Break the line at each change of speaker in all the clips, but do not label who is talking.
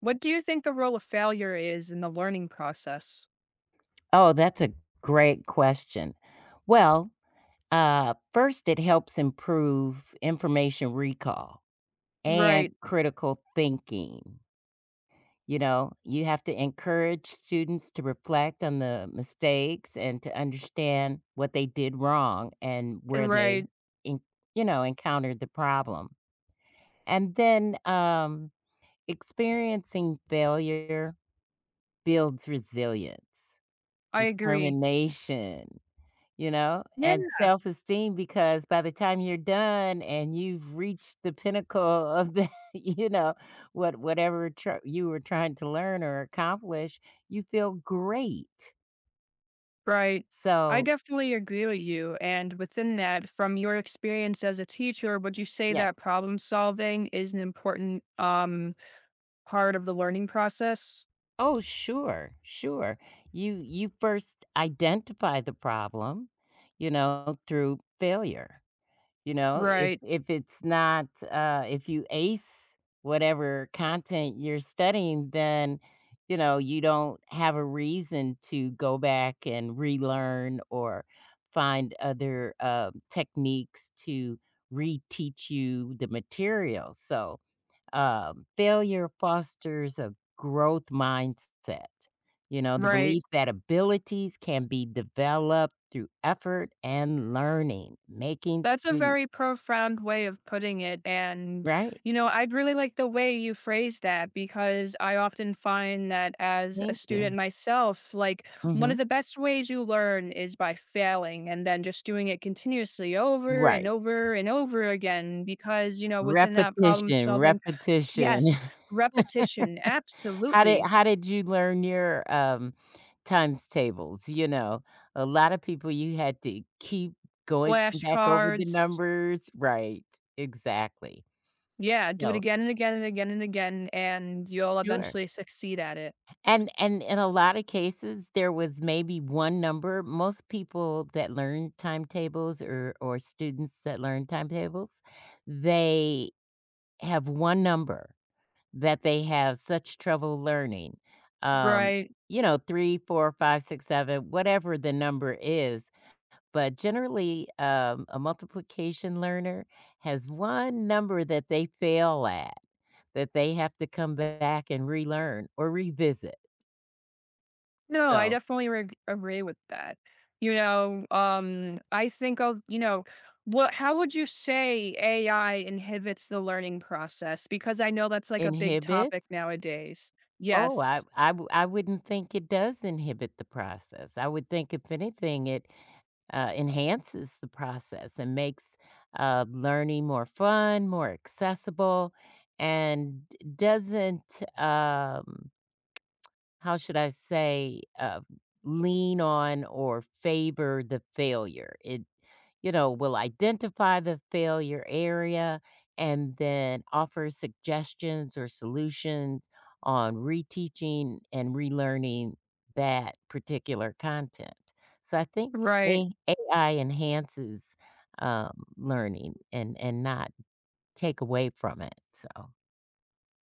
What do you think the role of failure is in the learning process?
Oh, that's a great question. Well, first, it helps improve information recall and
Right,
critical thinking. You know, you have to encourage students to reflect on the mistakes and to understand what they did wrong and where they,
right.
en- you know, encountered the problem. And then experiencing failure builds resilience,
I agree.
determination, you know,
Yeah,
and self-esteem because by the time you're done and you've reached the pinnacle of the you know, what whatever tr you were trying to learn or accomplish, you feel great.
right. I
So,
definitely agree with you. And within that, from your experience as a teacher, would you say that
yes.
problem solving is an important part of the learning process?
Oh, sure, sure. You first identify the problem, you know, through failure. You know, if
Right,
if it's not, if you ace whatever content you're studying, then, you know, you don't have a reason to go back and relearn or find other, techniques to reteach you the material. So, failure fosters a growth mindset. You know, the
right.
belief that abilities can be developed through effort and learning, making
That's a
students
very profound way of putting it. And,
right?
you know, I'd really like the way you phrase that because I often find that as a
Thank you.
student myself, like one
Mhm.
of the best ways you learn is by failing and then just doing it continuously over and
Right.
over and over again. Because, you know, within that problem
Repetition,
solving,
repetition.
yes, repetition,
How did
absolutely.
how did you learn your, times tables? You know, a lot of people, you had to keep going back over the
Flashcards,
numbers, right, exactly.
yeah, do it
So
again and again and again and again, and you'll
sure.
eventually succeed at it.
And in a lot of cases, there was maybe 1 number. Most people that learn timetables or students that learn timetables, they have 1 number. That they have such trouble learning. Um,
Right.
you know, 3, 4, 5, 6, 7, whatever the number is, but generally, a multiplication learner has one number that they fail at, that they have to come back and relearn or revisit.
No, I
So,
definitely reg agree with that. You know, I think of, you know, what how would you say AI inhibits the learning process? Because I know that's like a big topic
inhibits?
nowadays.
Oh, I
Yes,
I w I wouldn't think it does inhibit the process. I would think if anything, it enhances the process and makes learning more fun, more accessible, and doesn't, um, how should I say, lean on or favor the failure. It you know, will identify the failure area and then offer suggestions or solutions on reteaching and relearning that particular content. So I think
right.
A AI enhances learning and not take away from it. So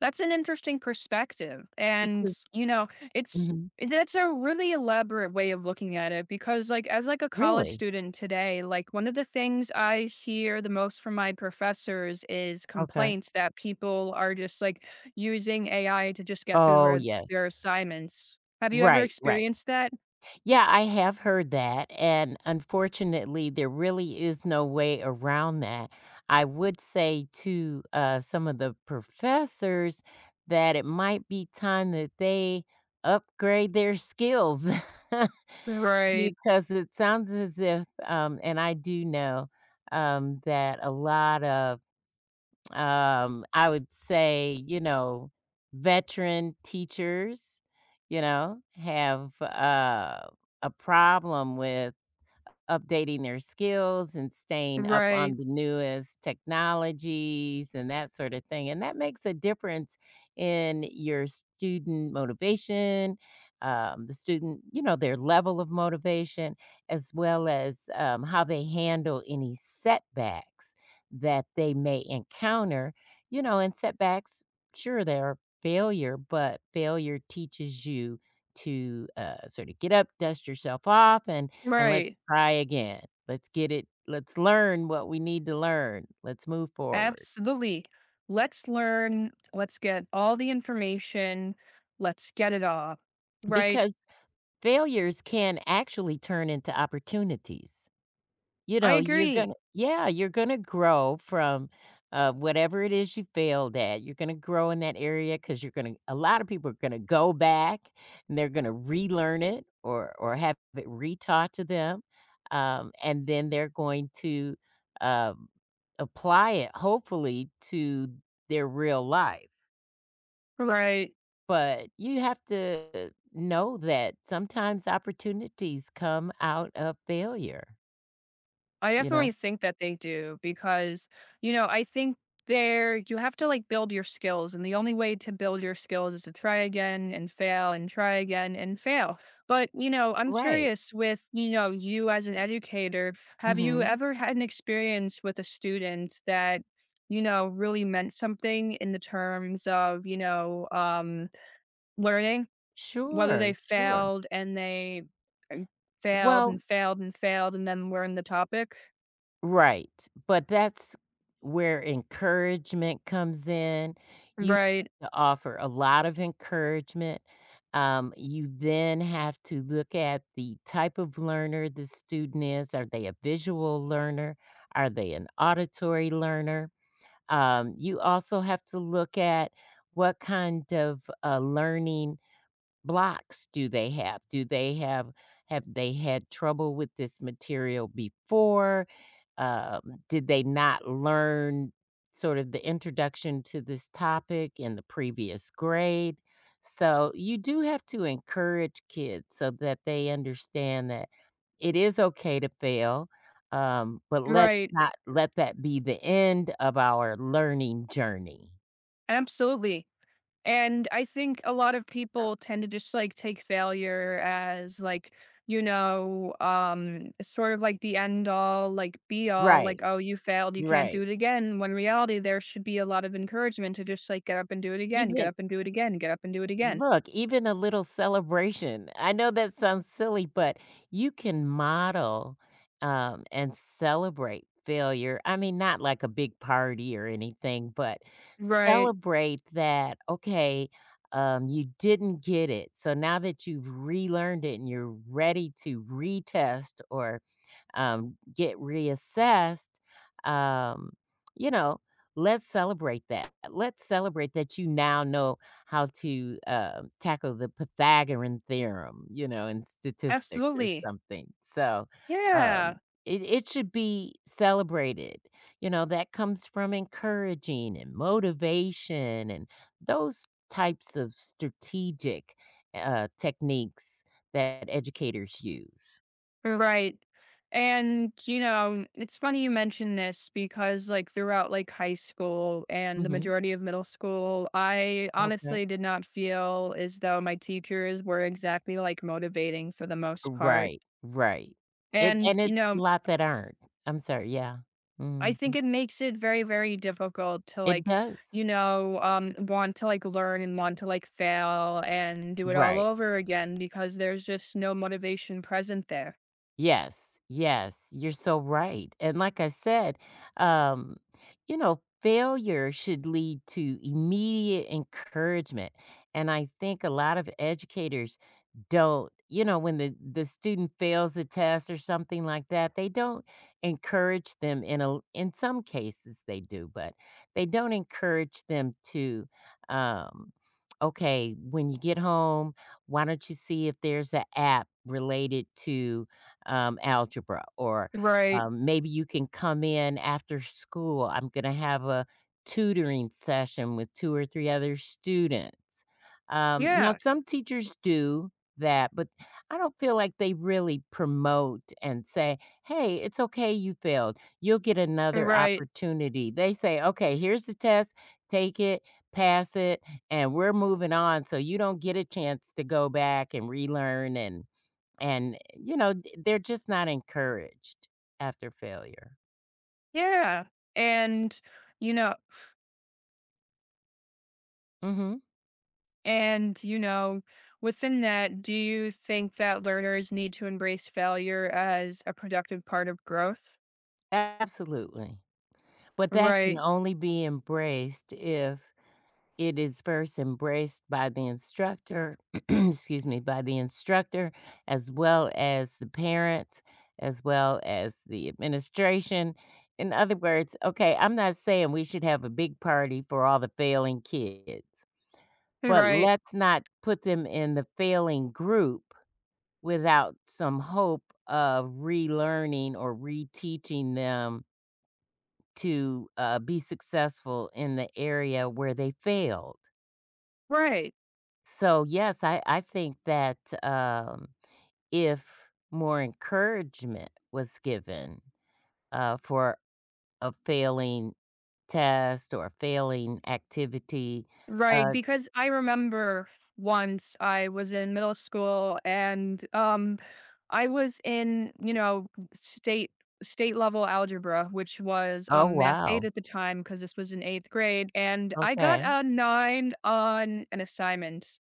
That's an interesting perspective, and,
because
you know, it's
mhm.
that's a really elaborate way of looking at it because, like, as, like, a college
Really
student today, like, one of the things I hear the most from my professors is
okay.
complaints that people are just, like, using AI to just get through
Oh
their
yes,
their assignments. Have you ever
right, right.
experienced that?
Yeah, I have heard that, and unfortunately, there really is no way around that. I would say to some of the professors that it might be time that they upgrade their skills
Right,
because it sounds as if, and I do know that a lot of I would say, you know, veteran teachers, you know, have, a problem with updating their skills and staying up
right,
on the newest technologies and that sort of thing, and that makes a difference in your student motivation, the student you know, their level of motivation, as well as, how they handle any setbacks that they may encounter, you know, and setbacks, sure, they're failure, but failure teaches you to, sort of get up, dust yourself off, and let's
right.
try again. Let's get it let's learn what we need to learn. Let's move forward.
Absolutely. Let's learn, let's get all the information, let's get it all, right?
Because failures can actually turn into opportunities. You
I
know, you're
agree.
gonna yeah, you're gonna grow from, whatever it is you failed at. You're gonna grow in that area because you're gonna a lot of people are gonna go back, and they're gonna relearn it or have it retaught to them, and then they're going to, um, apply it hopefully to their real life.
Right.
But you have to know that sometimes opportunities come out of failure,
I
you know?
definitely think that they do because, you know, I think there you have to like build your skills. And the only way to build your skills is to try again and fail and try again and fail. But, you know, I'm
Right.
curious with, you know, you as an educator, have you
Mhm.
ever had an experience with a student that, you know, really meant something in the terms of, you know, learning? Whether
Sure,
they
sure.
failed and they and failed
Well,
and failed and failed and then learned the topic.
right, but that's where encouragement comes in. You
Right,
have to offer a lot of encouragement. You then have to look at the type of learner the student is. Are they a visual learner? Are they an auditory learner? You also have to look at what kind of learning blocks do they have? Have they had trouble with this material before? Did they not learn sort of the introduction to this topic in the previous grade? So you do have to encourage kids so that they understand that it is okay to fail, but let's
right,
not let that be the end of our learning journey.
absolutely, and I think a lot of
So
people tend to just, like, take failure as, like, you know, sort of like the end all, like, be all, like,
right,
"Oh, you failed, you can't do
right.
it again," when in reality, there should be a lot of encouragement to just, like, get up and do it again, get
Even
up and do it again, get up and do it again.
look, even a little celebration. I know that sounds silly, but you can model and celebrate failure. I mean, not like a big party or anything, but
Right,
celebrate that, okay, you didn't get it. So now that you've relearned it and you're ready to retest or get reassessed, um, you know, let's celebrate that. Let's celebrate that you now know how to tackle the Pythagorean theorem, you know, in statistics or
absolutely.
something. So um,
Yeah.
it should be celebrated. You know, that comes from encouraging and motivation and those types of strategic techniques that educators use.
Right. And, you know, it's funny you mention this because, like, throughout, like, high school and the
hmm
majority of middle school, I
Okay.
honestly did not feel as though my teachers were exactly, like, motivating for the most part.
Right, right. It
And,
and
you
it's a
know,
lot that aren't. I'm sorry, yeah.
I
Mhm.
think it makes it very, very difficult to,
It
like,
does.
want to, like, learn and want to, like, fail and do it all
Right.
over again because there's just no motivation present there.
Yes, yes, you're so right. And like I said, um, you know, failure should lead to immediate encouragement. And I think a lot of educators don't, you know, when the student fails a test or something like that, they don't encourage them in a in some cases they do, but they don't encourage them to um okay, when you get home, why don't you see if there's an app related to algebra, or,
Right.
maybe you can come in after school. I'm gonna have a tutoring session with 2 or 3 other students. Now
Yeah.
some teachers do that, but I don't feel like they really promote and say, "Hey, it's okay you failed. You'll get another
Right.
opportunity." They say, "Okay, here's the test. Take it, pass it, and we're moving on so you don't get a chance to go back and relearn and, you know, th they're just not encouraged after failure.
Yeah, and, you know
Mhm.
and, you know, within that, do you think that learners need to embrace failure as a productive part of growth?
Absolutely. But that can
Right,
only be embraced if it is first embraced by the instructor excuse me, by the instructor, as well as the parent, as well as the administration. In other words, okay, I'm not saying we should have a big party for all the failing kids, but
right,
let's not put them in the failing group without some hope of relearning or reteaching them to be successful in the area where they failed.
right,
So, yes, I think that if more encouragement was given for a failing test or failing activity,
right,
uh,
because I remember once I was in middle school and, I was in, you know, state state level algebra, which was,
oh,
math 8
wow.
at the time, because this was in 8th grade, and I got
Okay.
a 9 on an assignment.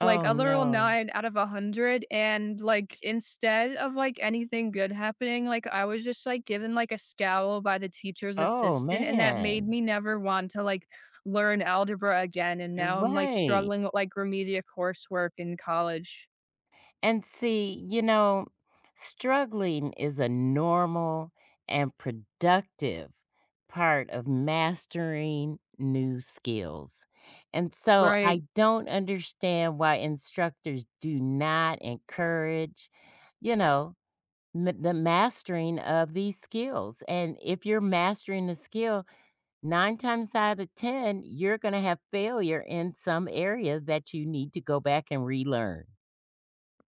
Like,
Oh,
a literal
no.
9 out of 100, and, like, instead of, like, anything good happening, like, I was just, like, given, like, a scowl by the teacher's
Oh,
assistant, and that made
man.
me never want to, like, learn algebra again, and now I'm, like,
Right.
struggling with, like, remedial coursework in college.
And see, you know, struggling is a normal and productive part of mastering new skills. And so I
Right.
don't understand why instructors do not encourage, you know, the mastering of these skills. And if you're mastering a skill, nine times out of 10, you're going to have failure in some area that you need to go back and relearn.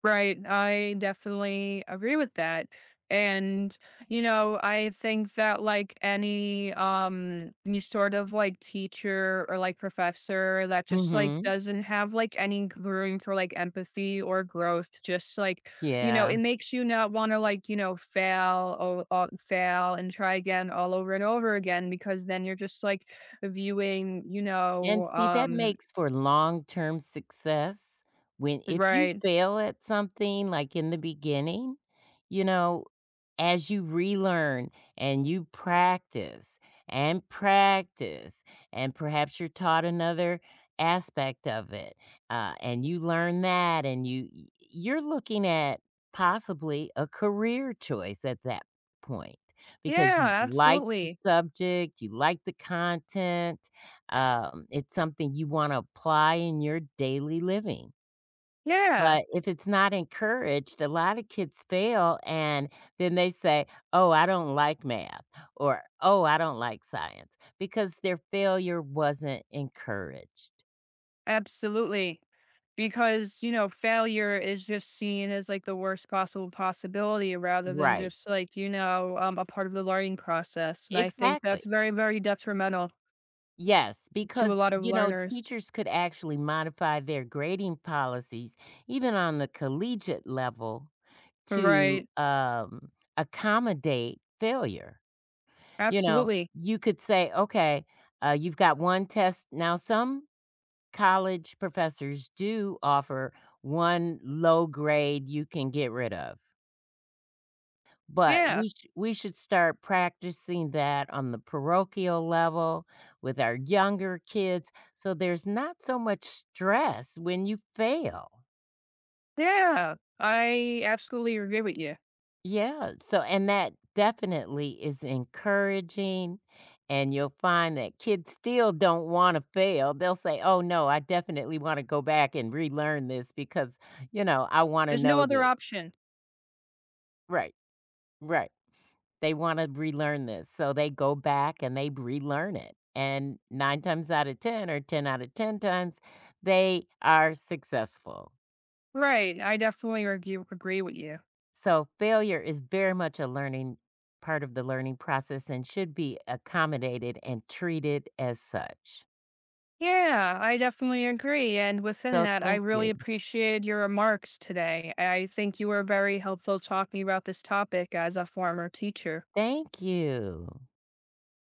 Right. I definitely agree with that. And, you know, I think that like any sort of like teacher or like professor that just like
Mm-hmm.
doesn't have like any room for like empathy or growth, just like, you know,
Yeah.
it makes you not want to like, you know, fail or fail and try again all over and over again because then you're just like viewing, you
And
know,
see, that
um
makes for long-term success when if you
right.
fail at something, like, in the beginning, you know, as you relearn and you practice and practice, and perhaps you're taught another aspect of it, and you learn that and you y you're looking at possibly a career choice at that point because
Yeah,
you like the
absolutely.
subject, you like the content, it's something you wanna apply in your daily living.
Yeah.
But if it's not encouraged, a lot of kids fail, and then they say, "Oh, I don't like math," or, "Oh, I don't like science," because their failure wasn't encouraged.
Absolutely. Because, you know, failure is just seen as like the worst possible possibility rather than
Right.
just like, you know, a part of the learning process. And I think
Exactly.
that's very, very detrimental
Yes,
to a
because,
lot of
you know,
learners.
teachers could actually modify their grading policies, even on the collegiate level, to,
Right.
accommodate failure. You know,
Absolutely.
you could say, "Okay, you've got 1 test" now some college professors do offer 1 low grade you can get rid of, but
Yeah.
we should start practicing that on the parochial level with our younger kids, so there's not so much stress when you fail.
Yeah. I absolutely agree with you.
Yeah, so and that definitely is encouraging, and you'll find that kids still don't wanna fail. They'll say, "Oh, no, I definitely wanna go back and relearn this because, you know, I wanna
There's no
know
other
this."
option.
Right, right. They wanna relearn this, so they go back and they relearn it, and 9 times out of 10 or 10 out of 10 times, they are successful.
Right. I definitely agree with you.
So failure is very much a learning part of the learning process and should be accommodated and treated as such.
Yeah, I definitely agree. And within
So
that, I
thank you.
really appreciated your remarks today. I think you were very helpful talking about this topic as a former teacher.
Thank you.